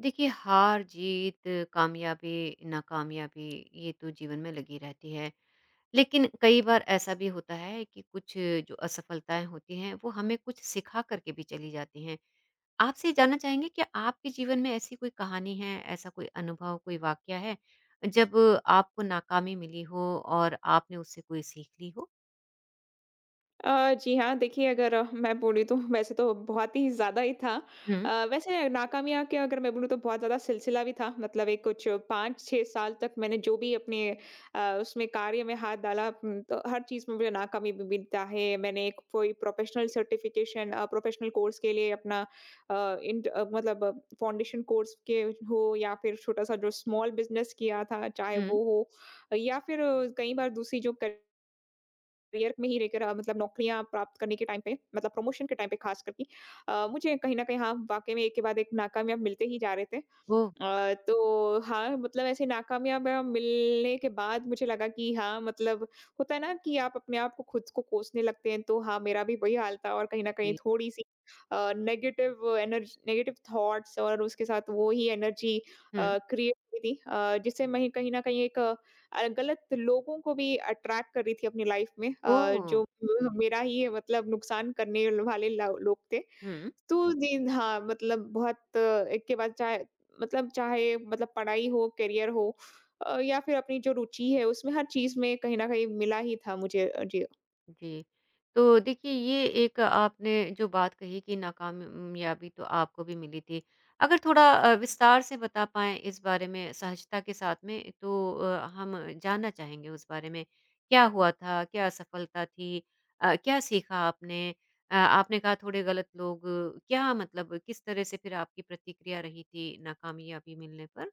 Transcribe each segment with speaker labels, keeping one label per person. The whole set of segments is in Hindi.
Speaker 1: देखिए हार जीत कामयाबी नाकामयाबी ये तो जीवन में लगी रहती है। लेकिन कई बार ऐसा भी होता है कि कुछ जो असफलताएं होती हैं वो हमें कुछ सिखा करके भी चली जाती हैं। आपसे ये जानना चाहेंगे कि आपके जीवन में ऐसी कोई कहानी है, ऐसा कोई अनुभव, कोई वाकया है जब आपको नाकामी मिली हो और आपने उससे कोई सीख ली हो।
Speaker 2: जी हाँ, देखिए अगर मैं बोलूँ तो वैसे तो बहुत ही ज़्यादा ही था।
Speaker 1: हम्म।
Speaker 2: वैसे नाकामयाब के अगर मैं बोलूँ तो बहुत ज़्यादा सिलसिला भी था। मतलब एक कुछ 5-6 साल तक मैंने जो भी अपने उसमें कार्य में हाथ डाला तो हर चीज़ में मुझे नाकामी भी मिलता है। मैंने एक कोई प्रोफ़ेशनल सर्टिफ़िकेशन प्रोफ़ेशनल कोर्स के लिए अपना मतलब फाउंडेशन कोर्स के हो या फिर छोटा-सा जो स्मॉल बिज़नेस किया था, चाहे
Speaker 1: हम्म।
Speaker 2: वो हो या फिर कई बार दूसरी जो कर करियर में ही लेकर मतलब नौकरियाँ प्राप्त करने के टाइम पे मतलब प्रमोशन के टाइम पे खास करके मुझे कहीं न कहीं हाँ, वाक़ई में एक के बाद एक नाकामयाब मिलते ही जा रहे थे।
Speaker 1: ओ।
Speaker 2: तो हाँ, मतलब ऐसे नाकामयाब मिलने के बाद मुझे लगा कि हाँ, मतलब होता है ना कि आप अपने आप को खुद को कोसने लगते हैं, तो हाँ, मेरा भी वही हाल था और कहीं न कहीं
Speaker 1: जी।
Speaker 2: थोड़ी-सी नेगेटिव थॉट्स और उसके साथ वो ही एनर्जी
Speaker 1: हम्म।
Speaker 2: क्रिएट हुई थी जिससे मैं कहीं न कहीं गलत लोगों को भी अट्रैक्ट कर रही थी अपनी लाइफ़ में
Speaker 1: ओ।
Speaker 2: जो मेरा ही मतलब नुकसान करने वाले ला लोग थे।
Speaker 1: हम्म।
Speaker 2: तो जी, हाँ, मतलब बहुत एक के बाद चाहे मतलब पढ़ाई हो, करियर हो या फिर अपनी जो रुचि है उसमें हर चीज़ में कहीं न कहीं मिला ही था मुझे। जी।
Speaker 1: जी। तो देखिए ये एक आपने जो बात कही कि नाकामयाबी तो आपको भी मिली थी। अगर थोड़ा विस्तार से बता पाएँ इस बारे में सहजता के साथ में तो हम जानना चाहेंगे उस बारे में। क्या हुआ था? क्या असफलता थी? क्या सीखा आपने? आपने कहा थोड़े गलत लोग, क्या मतलब? किस तरह से फिर आपकी प्रतिक्रिया रही थी नाकामयाबी मिलने पर?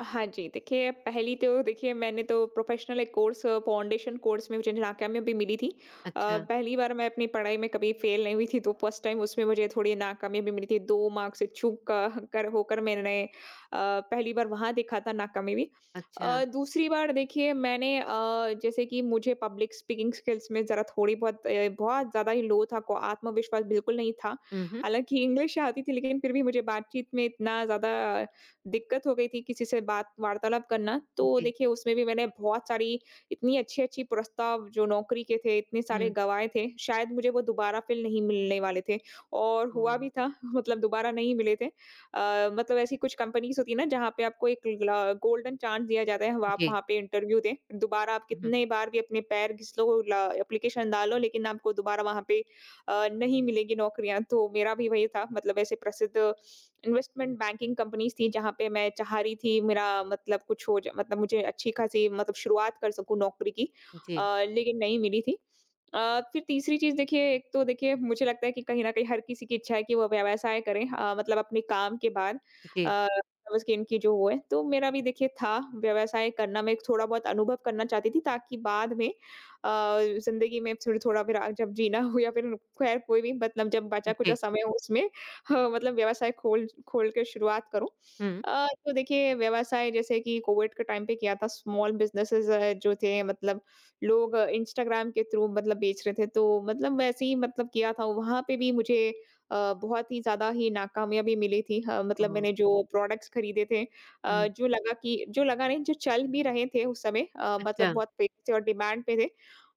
Speaker 2: हाँ जी, देखिए पहली तो देखिए मैंने तो प्रोफ़ेशनल एक कोर्स फाउंडेशन कोर्स में मुझे नाकामी भी मिली थी।
Speaker 1: अच्छा।
Speaker 2: पहली बार मैं अपनी पढ़ाई में कभी फ़ेल नहीं हुई थी तो फर्स्ट टाइम उसमें मुझे थोड़ी नाकामयाबी मिली थी। 2 मार्क्स से चूक क कर होकर मैंने पहली बार वहाँ देखा था नाकामयाबी।
Speaker 1: अच्छा।
Speaker 2: दूसरी बार देखिए मैंने जैसे कि मुझे पब्लिक स्पीकिंग स्किल्स में ज़रा थोड़ी बहुत बहुत ज़्यादा ही लो था को आत्मविश्वास बिल्कुल नहीं था।
Speaker 1: हुँ, हुँ।
Speaker 2: हालाँकि इंग्लिश आती थी लेकिन फिर भी मुझे बातचीत में इतना ज़्यादा दिक्कत हो गई थी किसी से बात वार्तालाप करना, तो
Speaker 1: जी।
Speaker 2: देखिए उसमें भी मैंने बहुत सारी इतनी अच्छी-अच्छी प्रस्ताव जो नौकरी के थे, इतने सारे
Speaker 1: हुँ।
Speaker 2: गँवाए थे, शायद मुझे वो दोबारा फिर नहीं मिलने वाले थे और
Speaker 1: ओह!
Speaker 2: हुआ भी था मतलब दोबारा नहीं मिले थे। मतलब ऐसी कुछ कंपनीज़ होती है ना जहाँ पे आपको एक ला गोल्डन चांस दिया जाता है, आप
Speaker 1: जी।
Speaker 2: वहाँ पे इंटरव्यू दें, दोबारा आप
Speaker 1: हुँ, हुँ।
Speaker 2: कितने बार भी अपने पैर घिस लो, ला एप्लीकेशन डालो लेकिन आपको दोबारा वहाँ पे नहीं मिलेगी नौकरियाँ, तो मेरा भी वही था मतलब ऐसे प्रसिद्ध इन्वेस्टमेंट बैंकिंग कंपनीज़ थी जहाँ पे मैं चाह रही थी मेरा मतलब कुछ हो जा मतलब मुझे अच्छी खासी मतलब शुरुआत कर सकूँ नौकरी की अ,
Speaker 1: जी,
Speaker 2: लेकिन नहीं मिली थी। फिर तीसरी चीज़ देखिए एक तो देखिए मुझे लगता है कि कहीं न कहीं हर किसी की इच्छा है कि वो व्यवसाय करें मतलब अपने काम के बाद
Speaker 1: जी,
Speaker 2: अ, उसकी इनकी जो वो है, तो मेरा भी देखिए था व्यवसाय करना, मैं एक थोड़ा बहुत अनुभव करना चाहती थी ताकि बाद में ज़िंदगी में फिर थोड़ा फिर जब जीना हो या फिर खैर कोई भी मतलब जब बचा-खुचा
Speaker 1: जी।
Speaker 2: समय हो उसमें ह मतलब व्यवसाय खोल खोल के शुरुआत करूँ।
Speaker 1: हुँ।
Speaker 2: तो देखिए व्यवसाय जैसे कि कोविड के टाइम पे किया था स्मॉल बिज़नेसेज़ जो थे मतलब लोग इंस्टाग्राम के थ्रू मतलब बेच रहे थे। तो मतलब वैसे ही मतलब किया था वहाँ पे भी मुझे अ, बहुत ही ज़्यादा ही नाकामयाबी मिली थी। ह मतलब
Speaker 1: ओह!
Speaker 2: मैंने जो प्रोडक्ट्स खरीदे थे
Speaker 1: हुँ।
Speaker 2: जो लगा नहीं जो चल भी रहे थे उस समय मतलब
Speaker 1: अच्छा।
Speaker 2: बहुत फेमस थे और डिमांड पे थे।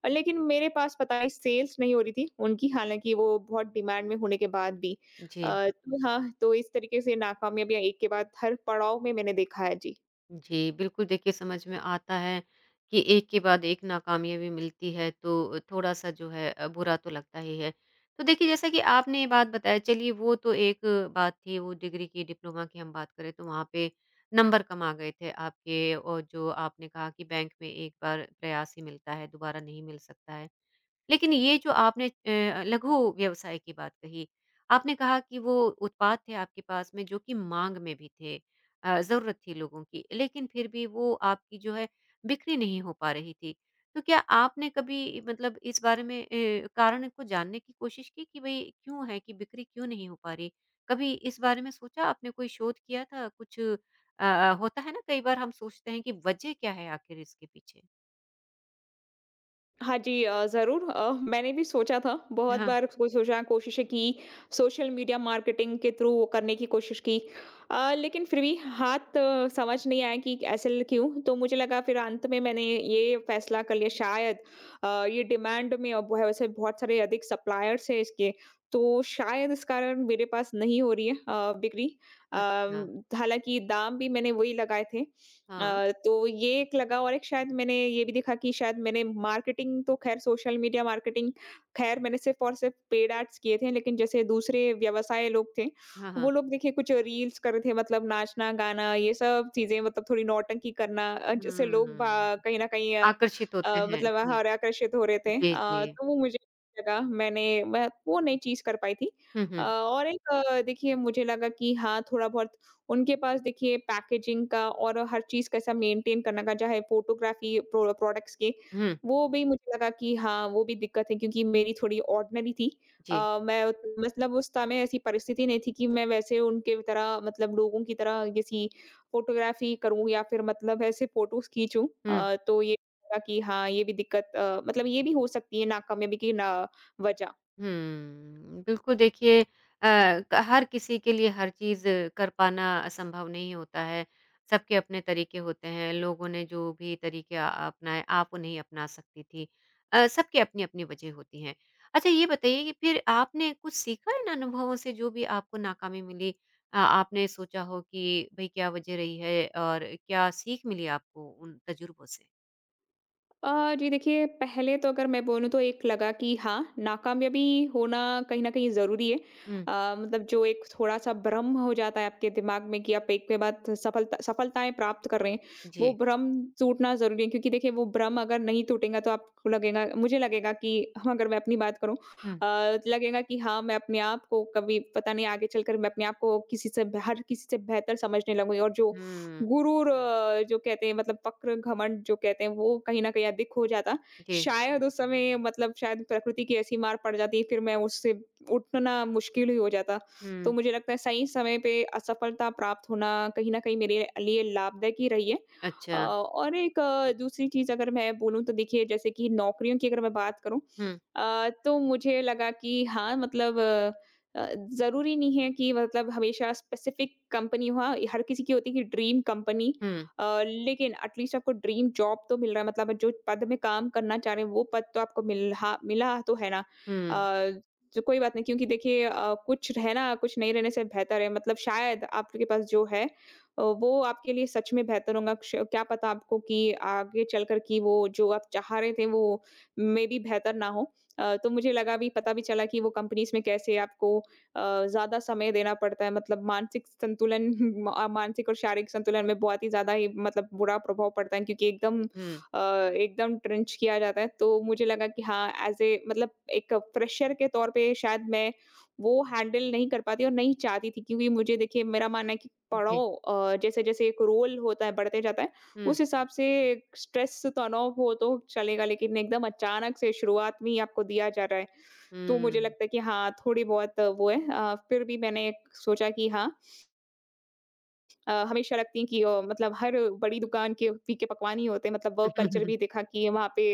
Speaker 2: और लेकिन मेरे पास पता नहीं सेल्स नहीं हो रही थी उनकी हालाँकि वो बहुत डिमांड में होने के बाद भी।
Speaker 1: जी।
Speaker 2: तो हाँ, तो इस तरीके से नाकामयाबियाँ एक के बाद हर पड़ाव में मैंने देखा है। जी।
Speaker 1: जी, बिल्कुल। देखिए समझ में आता है कि एक के बाद एक नाकामयाबी मिलती है तो थोड़ा-सा जो है बुरा तो लगता ही है। तो देखिए जैसा कि आपने ये बात बताया, चलिए वो तो एक बात थी, वो डिग्री की डिप्लोमा की हम बात करें तो वहाँ पे नंबर कम आ गए थे आपके, और जो आपने कहा कि बैंक में एक बार प्रयास ही मिलता है, दोबारा नहीं मिल सकता है। लेकिन ये जो आपने लघु व्यवसाय की बात कही, आपने कहा कि वो उत्पाद थे आपके पास में जो कि माँग में भी थे, ज़रूरत थी लोगों की, लेकिन फिर भी वो आपकी जो है बिक्री नहीं हो पा रही थी। तो क्या आपने कभी मतलब इस बारे में कारण को जानने की कोशिश की कि भई क्यों है कि बिक्री क्यों नहीं हो पा रही? कभी इस बारे में सोचा आपने? कोई शोध किया था? होता है ना, कई बार हम सोचते हैं कि वजह क्या है आखिर इसके पीछे?
Speaker 2: हाँ जी, ज़रूर मैंने भी सोचा था बहुत
Speaker 1: हाँ।
Speaker 2: बार को सोचा कोशिशें की सोशल मीडिया मार्केटिंग के थ्रू वो करने की कोशिश की लेकिन फिर भी हाथ समझ नहीं आया कि क्यों तो मुझे लगा फिर अंत में मैंने ये फैसला कर लिया शायद ये डिमांड में और वैसे बहुत सारे अधिक सप्लायर्स हैं इसके तो शायद इस कारण मेरे पास नहीं हो रही है बिक्री।
Speaker 1: अच्छा।
Speaker 2: हालांकि दाम भी मैंने वही लगाए थे
Speaker 1: हाँ,
Speaker 2: तो ये एक लगा और एक शायद मैंने ये भी देखा कि शायद मैंने मार्केटिंग तो ख़ैर सोशल मीडिया मार्केटिंग ख़ैर मैंने सिर्फ़ और सिर्फ़ पेड एड्स किए थे, लेकिन जैसे दूसरे व्यवसाय लोग थे,
Speaker 1: हाँ,
Speaker 2: वो
Speaker 1: हाँ।
Speaker 2: लोग देखिए कुछ रील्स कर रहे थे मतलब नाचना, गाना ये सब चीज़ें मतलब थोड़ी नौटंकी करना जिससे लोग बा
Speaker 1: हुँ,
Speaker 2: कहीं न कहीं
Speaker 1: आकर्षित होते हैं।
Speaker 2: मतलब
Speaker 1: जी,
Speaker 2: हर आकर्षित हो रहे थे।
Speaker 1: जी, जी।
Speaker 2: तो वो मुझे लगा मैं वो नहीं चीज़ कर पाई थी।
Speaker 1: हुँ,
Speaker 2: अ,
Speaker 1: हुँ।
Speaker 2: और एक अ, देखिए मुझे लगा कि हाँ, थोड़ा बहुत उनके पास देखिए पैकेजिंग का और हर चीज़ कैसा मेंटेन करना का चाहे फ़ोटोग्राफ़ी प्रोडक्ट्स के,
Speaker 1: हुँ,
Speaker 2: वो भी मुझे लगा कि हाँ, वो भी दिक्कत है क्योंकि मेरी थोड़ी ऑर्डिनरी थी।
Speaker 1: जी,
Speaker 2: मैं उत मतलब उस समय ऐसी परिस्थिति नहीं थी कि मैं वैसे उनके तरह मतलब लोगों की तरह किसी फ़ोटोग्राफ़ी करूँ या फिर मतलब ऐसे फ़ोटोज़ खींचूँ।
Speaker 1: हुँ।
Speaker 2: तो ये लगा कि हाँ, ये भी दिक्कत मतलब ये भी हो सकती है नाकामयाबी की ना वजह।
Speaker 1: हुँ, बिल्कुल। देखिए अ, क हर किसी के लिए हर चीज़ कर पाना संभव नहीं होता है। सबके अपने तरीके होते हैं, लोगों ने जो भी तरीके अपनाए आप वो नहीं अपना सकती थी। सबकी अपनी-अपनी वजह होती हैं। अच्छा ये बताइए कि फिर आपने कुछ सीखा इन अनुभवों से जो भी आपको नाकामी मिली? आपने सोचा हो कि भई क्या वजह रही है और क्या सीख मिली आपको उन तजुर्बों से?
Speaker 2: जी देखिए, पहले तो अगर मैं बोलूँ तो एक लगा कि हाँ, नाकामयाबी होना कहीं न कहीं ज़रूरी है।
Speaker 1: हुँ,
Speaker 2: अ, मतलब जो एक थोड़ा-सा भ्रम हो जाता है आपके दिमाग में कि आप एक के बाद सफलताएँ प्राप्त कर रहे हैं, वो
Speaker 1: जी।
Speaker 2: भ्रम टूटना ज़रूरी है क्योंकि देखिए वो भ्रम अगर नहीं टूटेगा तो आपको लगेगा मुझे लगेगा कि हाँ, अगर मैं अपनी बात करूँ
Speaker 1: हुँ,
Speaker 2: लगेगा कि हाँ, मैं अपने आप को कभी पता नहीं आगे चलकर मैं अपने आप को किसी से हर किसी से बेहतर समझने लगूँगी और जो
Speaker 1: हुँ,
Speaker 2: गुरूर जो कहते हैं मतलब पक्र घमंड जो कहते हैं वो कहीं न कहीं अधिक हो जाता।
Speaker 1: जी,
Speaker 2: शायद उस समय मतलब शायद प्रकृति की ऐसी मार पड़ जाती फिर मैं उससे उठना मुश्किल ही हो जाता। तो
Speaker 1: हुँ,
Speaker 2: मुझे लगता है सही समय पे असफलता प्राप्त होना कहीं न कहीं मेरे लिए लाभदायक ही रही है। अ,
Speaker 1: अच्छा।
Speaker 2: और एक अ, दूसरी चीज़ अगर मैं बोलूँ तो देखिए जैसे कि नौकरियों की अगर मैं बात करूँ
Speaker 1: हुँ,
Speaker 2: तो मुझे लगा कि हाँ मतलब अ, ज़रूरी नहीं है कि मतलब हमेशा स्पेसिफिक कंपनी हो हाँ, हर किसी की होती है कि ड्रीम कंपनी
Speaker 1: हुँ।
Speaker 2: लेकिन एटलीस्ट आपको ड्रीम जॉब तो मिल रहा है मतलब जो पद में काम करना चाह रहे हैं वो पद तो आपको मिला मिला तो है ना।
Speaker 1: हुँ,
Speaker 2: अ, तो कोई बात नहीं क्योंकि देखिए कुछ रहना कुछ नहीं रहने से बेहतर है मतलब शायद आपके पास जो है वो आपके लिए सच में बेहतर होगा क्या पता आपको कि आगे चलकर कि वो जो आप चाह रहे थे वो मे बी बेहतर ना हो। तो मुझे लगा भी पता भी चला कि वो कंपनीज में कैसे आपको ज़्यादा समय देना पड़ता है मतलब मानसिक संतुलन मानसिक और शारीरिक संतुलन में बहुत ही ज़्यादा ही मतलब बुरा प्रभाव पड़ता है क्योंकि
Speaker 1: हुँ,
Speaker 2: एकदम ट्रेंच किया जाता है। तो मुझे लगा कि हाँ, एज़ ए मतलब एक फ्रेशर के तौर पे शायद मैं वो हैंडल नहीं कर पाती और नहीं चाहती थी क्योंकि मुझे देखिए मेरा मानना है कि
Speaker 1: जी,
Speaker 2: पड़ाव जैसे-जैसे एक रोल होता है, बढ़ते जाता है,
Speaker 1: हुँ,
Speaker 2: उस हिसाब से स्ट्रेस तनाव हो तो चलेगा, लेकिन एकदम अचानक से शुरुआत में ही आपको दिया जा रहा है। तो मुझे
Speaker 1: हुँ।
Speaker 2: लगता है कि हाँ, थोड़ी बहुत वो है फिर भी मैंने सोचा कि हाँ हमेशा रखती हैं कि मतलब हर बड़ी दुकान के फीके पकवान ही होते हैं। मतलब वर्क कल्चर भी देखा कि वहाँ पे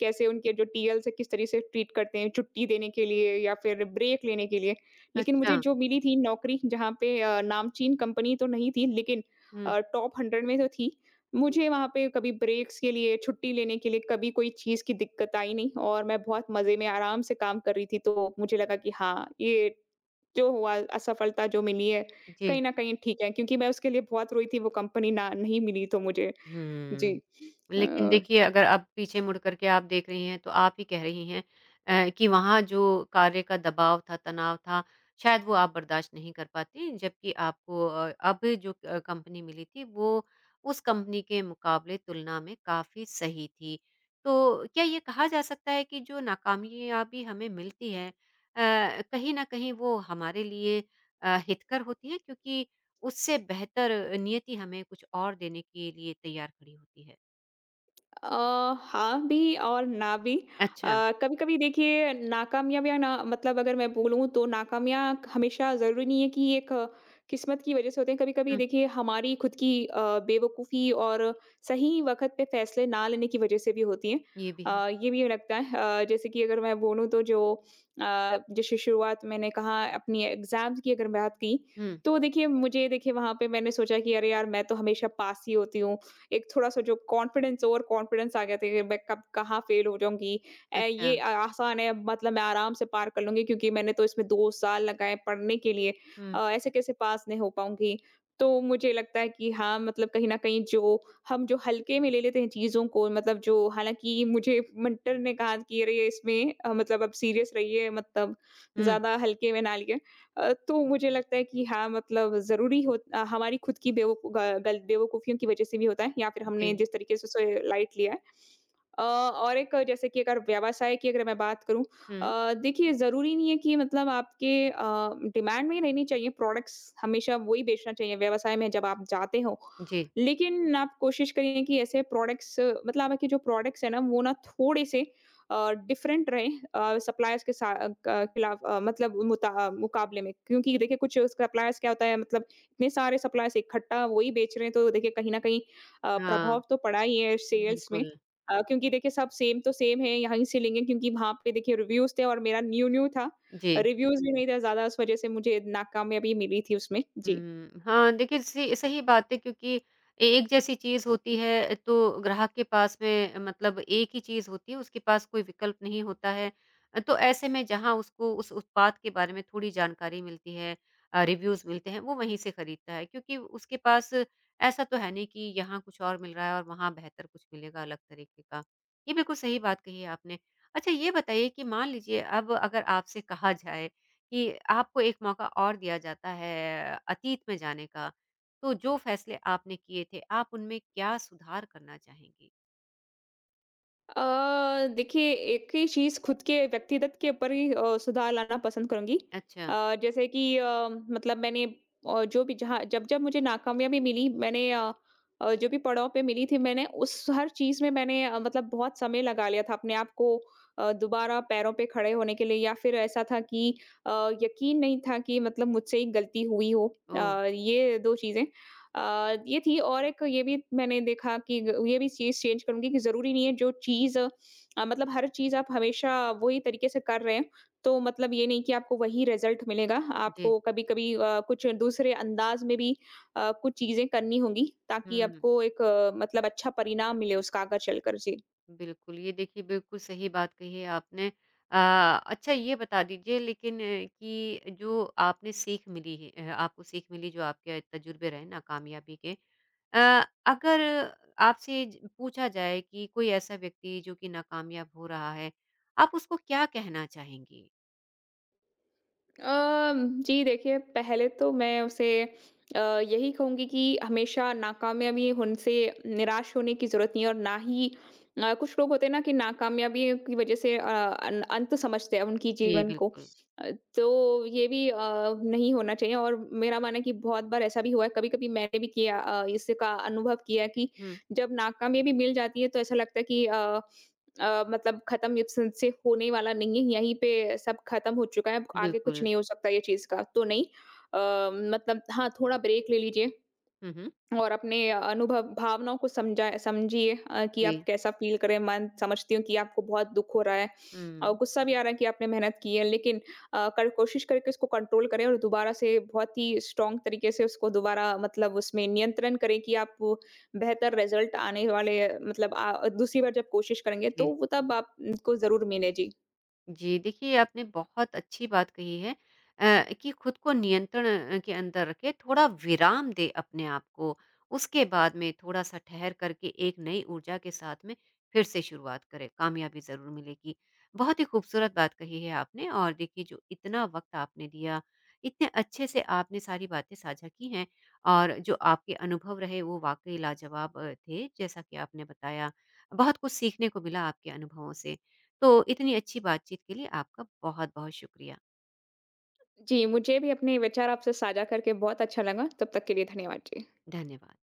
Speaker 2: कैसे उनके जो टीएल्स हैं किस तरह से ट्रीट करते हैं, छुट्टी देने के लिए या फिर ब्रेक लेने के लिए। लेकिन मुझे
Speaker 1: अच्छा,
Speaker 2: जो मिली थी नौकरी जहाँ पे नामचीन कंपनी तो नहीं थी लेकिन
Speaker 1: हुँ,
Speaker 2: टॉप 100 में तो थी।
Speaker 1: हुँ,
Speaker 2: मुझे वहाँ पे कभी ब्रेक्स के लिए, छुट्टी लेने के लिए कभी कोई चीज़ की दिक्कत आई नहीं और मैं बहुत मज़े में आराम से काम कर रही थी। तो मुझे लगा कि हाँ, ये जो हुआ असफलता जो मिली है
Speaker 1: जी।
Speaker 2: कहीं न कहीं ठीक है, क्योंकि मैं उसके लिए बहुत रोई थी वो कंपनी ना नहीं मिली तो मुझे। जी।
Speaker 1: हुँ। लेकिन
Speaker 2: अ
Speaker 1: देखिए, अगर अब पीछे मुड़ कर के आप देख रही हैं, तो आप ही कह रही हैं कि वहाँ जो कार्य का दबाव था, तनाव था, शायद वो आप बर्दाश्त नहीं कर पाती, जबकि आपको अब जो कंपनी मिली थी, वो उस कंपनी के मुकाबले तुलना में काफ़ी सही थी। तो क्या ये कहा जा सकता है कि जो नाकामयाबी हमें मिलती है, कहीं न कहीं वो हमारे लिए हितकर होती है? क्योंकि उससे बेहतर नियति हमें कुछ और देने के लिए तैयार खड़ी होती है।
Speaker 2: अ, हाँ भी और ना भी।
Speaker 1: अच्छा।
Speaker 2: कभी-कभी देखिए नाकामयाबियाँ ना मतलब अगर मैं बोलूँ तो नाकामयाँ हमेशा ज़रूरी नहीं है कि एक, किस्मत की वज़ह से होते हैं। कभी-कभी
Speaker 1: हुँ,
Speaker 2: देखिए हमारी खुद की बेवकूफ़ी और सही वक़्त पे फ़ैसले ना लेने की वज़ह से भी होती हैं।
Speaker 1: ये भी है।
Speaker 2: ये भी लगता है जैसे कि अगर मैं बोलूँ तो जैसे शुरुआत मैंने कहा अपनी एग्ज़ाम्स की अगर बात की,
Speaker 1: हुँ,
Speaker 2: तो देखिए वहाँ पे मैंने सोचा कि अरे यार मैं तो हमेशा पास ही होती हूँ। एक थोड़ा-सा जो कॉन्फिडेंस ओवर कॉन्फिडेंस आ गया था कि मैं कब कहाँ फेल हो जाऊँगी।
Speaker 1: अच्छा।
Speaker 2: ये आसान है मतलब मैं आराम से पार कर लूँगी क्योंकि मैंने तो इसमें 2 साल लगाए पढ़ने के लिए।
Speaker 1: हुँ,
Speaker 2: ऐसे कैसे पास नहीं हो पाऊँगी। तो मुझे लगता है कि हाँ, मतलब कहीं न कहीं जो हम जो हल्के में ले लेते हैं चीज़ों को मतलब जो हालाँकि मुझे मेंटर ने कहा कि अरे! इसमें मतलब अब सीरियस रहिए मतलब
Speaker 1: हुँ,
Speaker 2: ज़्यादा हल्के में ना लिए। तो मुझे लगता है कि हाँ मतलब ज़रूरी हो हमारी खुद की बेवकू ग गल बेवकूफ़ियों की वज़ह से भी होता है या फिर हमने
Speaker 1: जी।
Speaker 2: जिस तरीके से उसे लाइट लिया है। और एक जैसे कि अगर व्यवसाय की अगर मैं बात करूँ
Speaker 1: हुँ,
Speaker 2: देखिए ज़रूरी नहीं है कि मतलब डिमांड में ही रहनी चाहिए प्रोडक्ट्स हमेशा वही बेचना चाहिए व्यवसाय में जब आप जाते हो।
Speaker 1: जी।
Speaker 2: लेकिन आप कोशिश करिए कि ऐसे प्रोडक्ट्स मतलब आपके जो प्रोडक्ट्स हैं ना वो ना थोड़े-से डिफरेंट रहे सप्लायर्स के सा अ, क खिलाफ अ, मतलब मुता अ, मुकाबले में। क्योंकि देखिए कुछ सप्लायर्स क्या होता है मतलब इतने सारे सप्लायर्स इकट्ठा वही बेच रहे हैं तो देखिए कहीं न कहीं
Speaker 1: हाँ,
Speaker 2: प्रभाव तो पड़ा ही है सेल्स में।
Speaker 1: बिल्कुल।
Speaker 2: क्योंकि देखिए सब सेम तो सेम है, यहीं से लेंगे क्योंकि वहाँ पे देखिए रिव्यूज़ थे और मेरा न्यू-न्यू था।
Speaker 1: जी।
Speaker 2: रिव्यूज़ भी नहीं था ज़्यादा, उस वज़ह से मुझे नाकामयाबी मिली थी उसमें। जी।
Speaker 1: हुँ, हाँ, देखिए सी सही बात है क्योंकि ए एक जैसी चीज़ होती है तो ग्राहक के पास में मतलब एक ही चीज़ होती है, उसके पास कोई विकल्प नहीं होता है। तो ऐसे में जहाँ उसको उस उत्पाद के बारे में थोड़ी जानकारी मिलती है, रिव्यूज़ मिलते हैं, वो वहीं से खरीदता है क्योंकि उसके पास ऐसा तो है नहीं कि यहाँ कुछ और मिल रहा है और वहाँ बेहतर कुछ मिलेगा अलग तरीके का। ये बिल्कुल सही बात कही है आपने। अच्छा ये बताइए कि मान लीजिए अब अगर आपसे कहा जाए कि आपको एक मौका और दिया जाता है अतीत में जाने का, तो जो फैसले आपने किए थे, आप उनमें क्या सुधार करना चाहेंगी?
Speaker 2: देखिए एक ही चीज़ खुद के व्यक्तिगत के ऊपर ही सुधार लाना पसंद करूँगी।
Speaker 1: अच्छा।
Speaker 2: अ, जैसे कि अ, मतलब मैंने जो भी जहाँ जब-जब मुझे नाकामयाबी मिली जो भी पड़ाव पे मिली थी मैंने उस हर चीज़ में मैंने मतलब बहुत समय लगा लिया था अपने आप को दोबारा पैरों पे खड़े होने के लिए या फिर ऐसा था कि अ, यकीन नहीं था कि मतलब मुझसे ही गलती हुई हो। अ,
Speaker 1: ओह!
Speaker 2: ये 2 चीज़ें। ये थी और एक ये भी मैंने देखा कि ग ये भी चीज़ चेंज करूँगी कि ज़रूरी नहीं है जो चीज़ मतलब हर चीज़ आप हमेशा वही तरीके से कर रहे हैं, तो मतलब ये नहीं कि आपको वही रिज़ल्ट मिलेगा।
Speaker 1: जी।
Speaker 2: आपको कभी-कभी कुछ दूसरे अंदाज़ में भी कुछ चीज़ें करनी होंगी, ताकि
Speaker 1: हुँ,
Speaker 2: आपको एक अच्छा परिणाम मिले उसका आगे चलकर। जी।
Speaker 1: बिल्कुल, ये देखिए बिल्कुल सही बात कही है आपने। अच्छा ये बता दीजिए लेकिन कि जो आपने सीख मिली है, आपको सीख मिली जो आपके तजुर्बे रहे नाकामयाबी के, अ, अगर आपसे ज पूछा जाए कि कोई ऐसा व्यक्ति जो कि नाकामयाब हो रहा है, आप उसको क्या कहना चाहेंगी?
Speaker 2: जी देखिए पहले तो मैं उसे यही कहूँगी कि हमेशा नाकामयाबी उनसे निराश होने की ज़रूरत नहीं है और ना ही कुछ लोग होते हैं ना कि नाकामयाबी की वज़ह से अ, अन अंत समझते हैं उनकी
Speaker 1: जी,
Speaker 2: जीवन को।
Speaker 1: बिल्कुल।
Speaker 2: अ, तो ये भी नहीं होना चाहिए और मेरा मानना है कि बहुत बार ऐसा भी हुआ है, कभी-कभी मैंने भी इसका अनुभव किया है कि
Speaker 1: हुँ,
Speaker 2: जब नाकामयाबी मिल जाती है तो ऐसा लगता है कि मतलब खत्म ये सिन से होने वाला नहीं है, यहीं पे सब खत्म हो चुका है, अब आगे कुछ
Speaker 1: बिल्कुल।
Speaker 2: नहीं हो सकता ये चीज़ का, तो नहीं। अ, मतलब हाँ, थोड़ा ब्रेक ले लीजिए
Speaker 1: हुँ, हुँ।
Speaker 2: और अपने अनुभव भावनाओं को समझा समझिए कि आप
Speaker 1: जी।
Speaker 2: कैसा फ़ील कर रहे हैं, मैं समझती हूँ कि आपको बहुत दुःख हो रहा है और
Speaker 1: हुँ,
Speaker 2: गुस्सा भी आ रहा है कि आपने मेहनत की है, लेकिन अ, कर कोशिश करके उसको कंट्रोल करें और दोबारा से बहुत ही स्ट्रॉन्ग तरीके से उसको दोबारा मतलब उसमें नियंत्रण करें कि आप वो बेहतर रिज़ल्ट आने वाले दूसरी बार जब कोशिश करेंगे, तो
Speaker 1: जी।
Speaker 2: वो तब आपको ज़रूर मिले। जी।
Speaker 1: जी, देखिए आपने बहुत अच्छी बात कही है कि खुद को नियंत्रण के अंदर रखें, थोड़ा विराम दें अपने आप को। उसके बाद में थोड़ा-सा ठहर करके एक नई ऊर्जा के साथ में फिर से शुरुआत करें, कामयाबी ज़रूर मिलेगी। बहुत ही खूबसूरत बात कही है आपने। और देखिए जो इतना वक़्त आपने दिया, इतने अच्छे से आपने सारी बातें साझा की हैं और जो आपके अनुभव रहे वो वाक़ई लाजवाब थे, जैसा कि आपने बताया। बहुत कुछ सीखने को मिला आपके अनुभवों से। तो इतनी अच्छी बातचीत के लिए आपका बहुत-बहुत शुक्रिया।
Speaker 2: जी, मुझे भी अपने विचार आपसे साझा करके बहुत अच्छा लगा। तब तक के लिए धन्यवाद जी।
Speaker 1: धन्यवाद।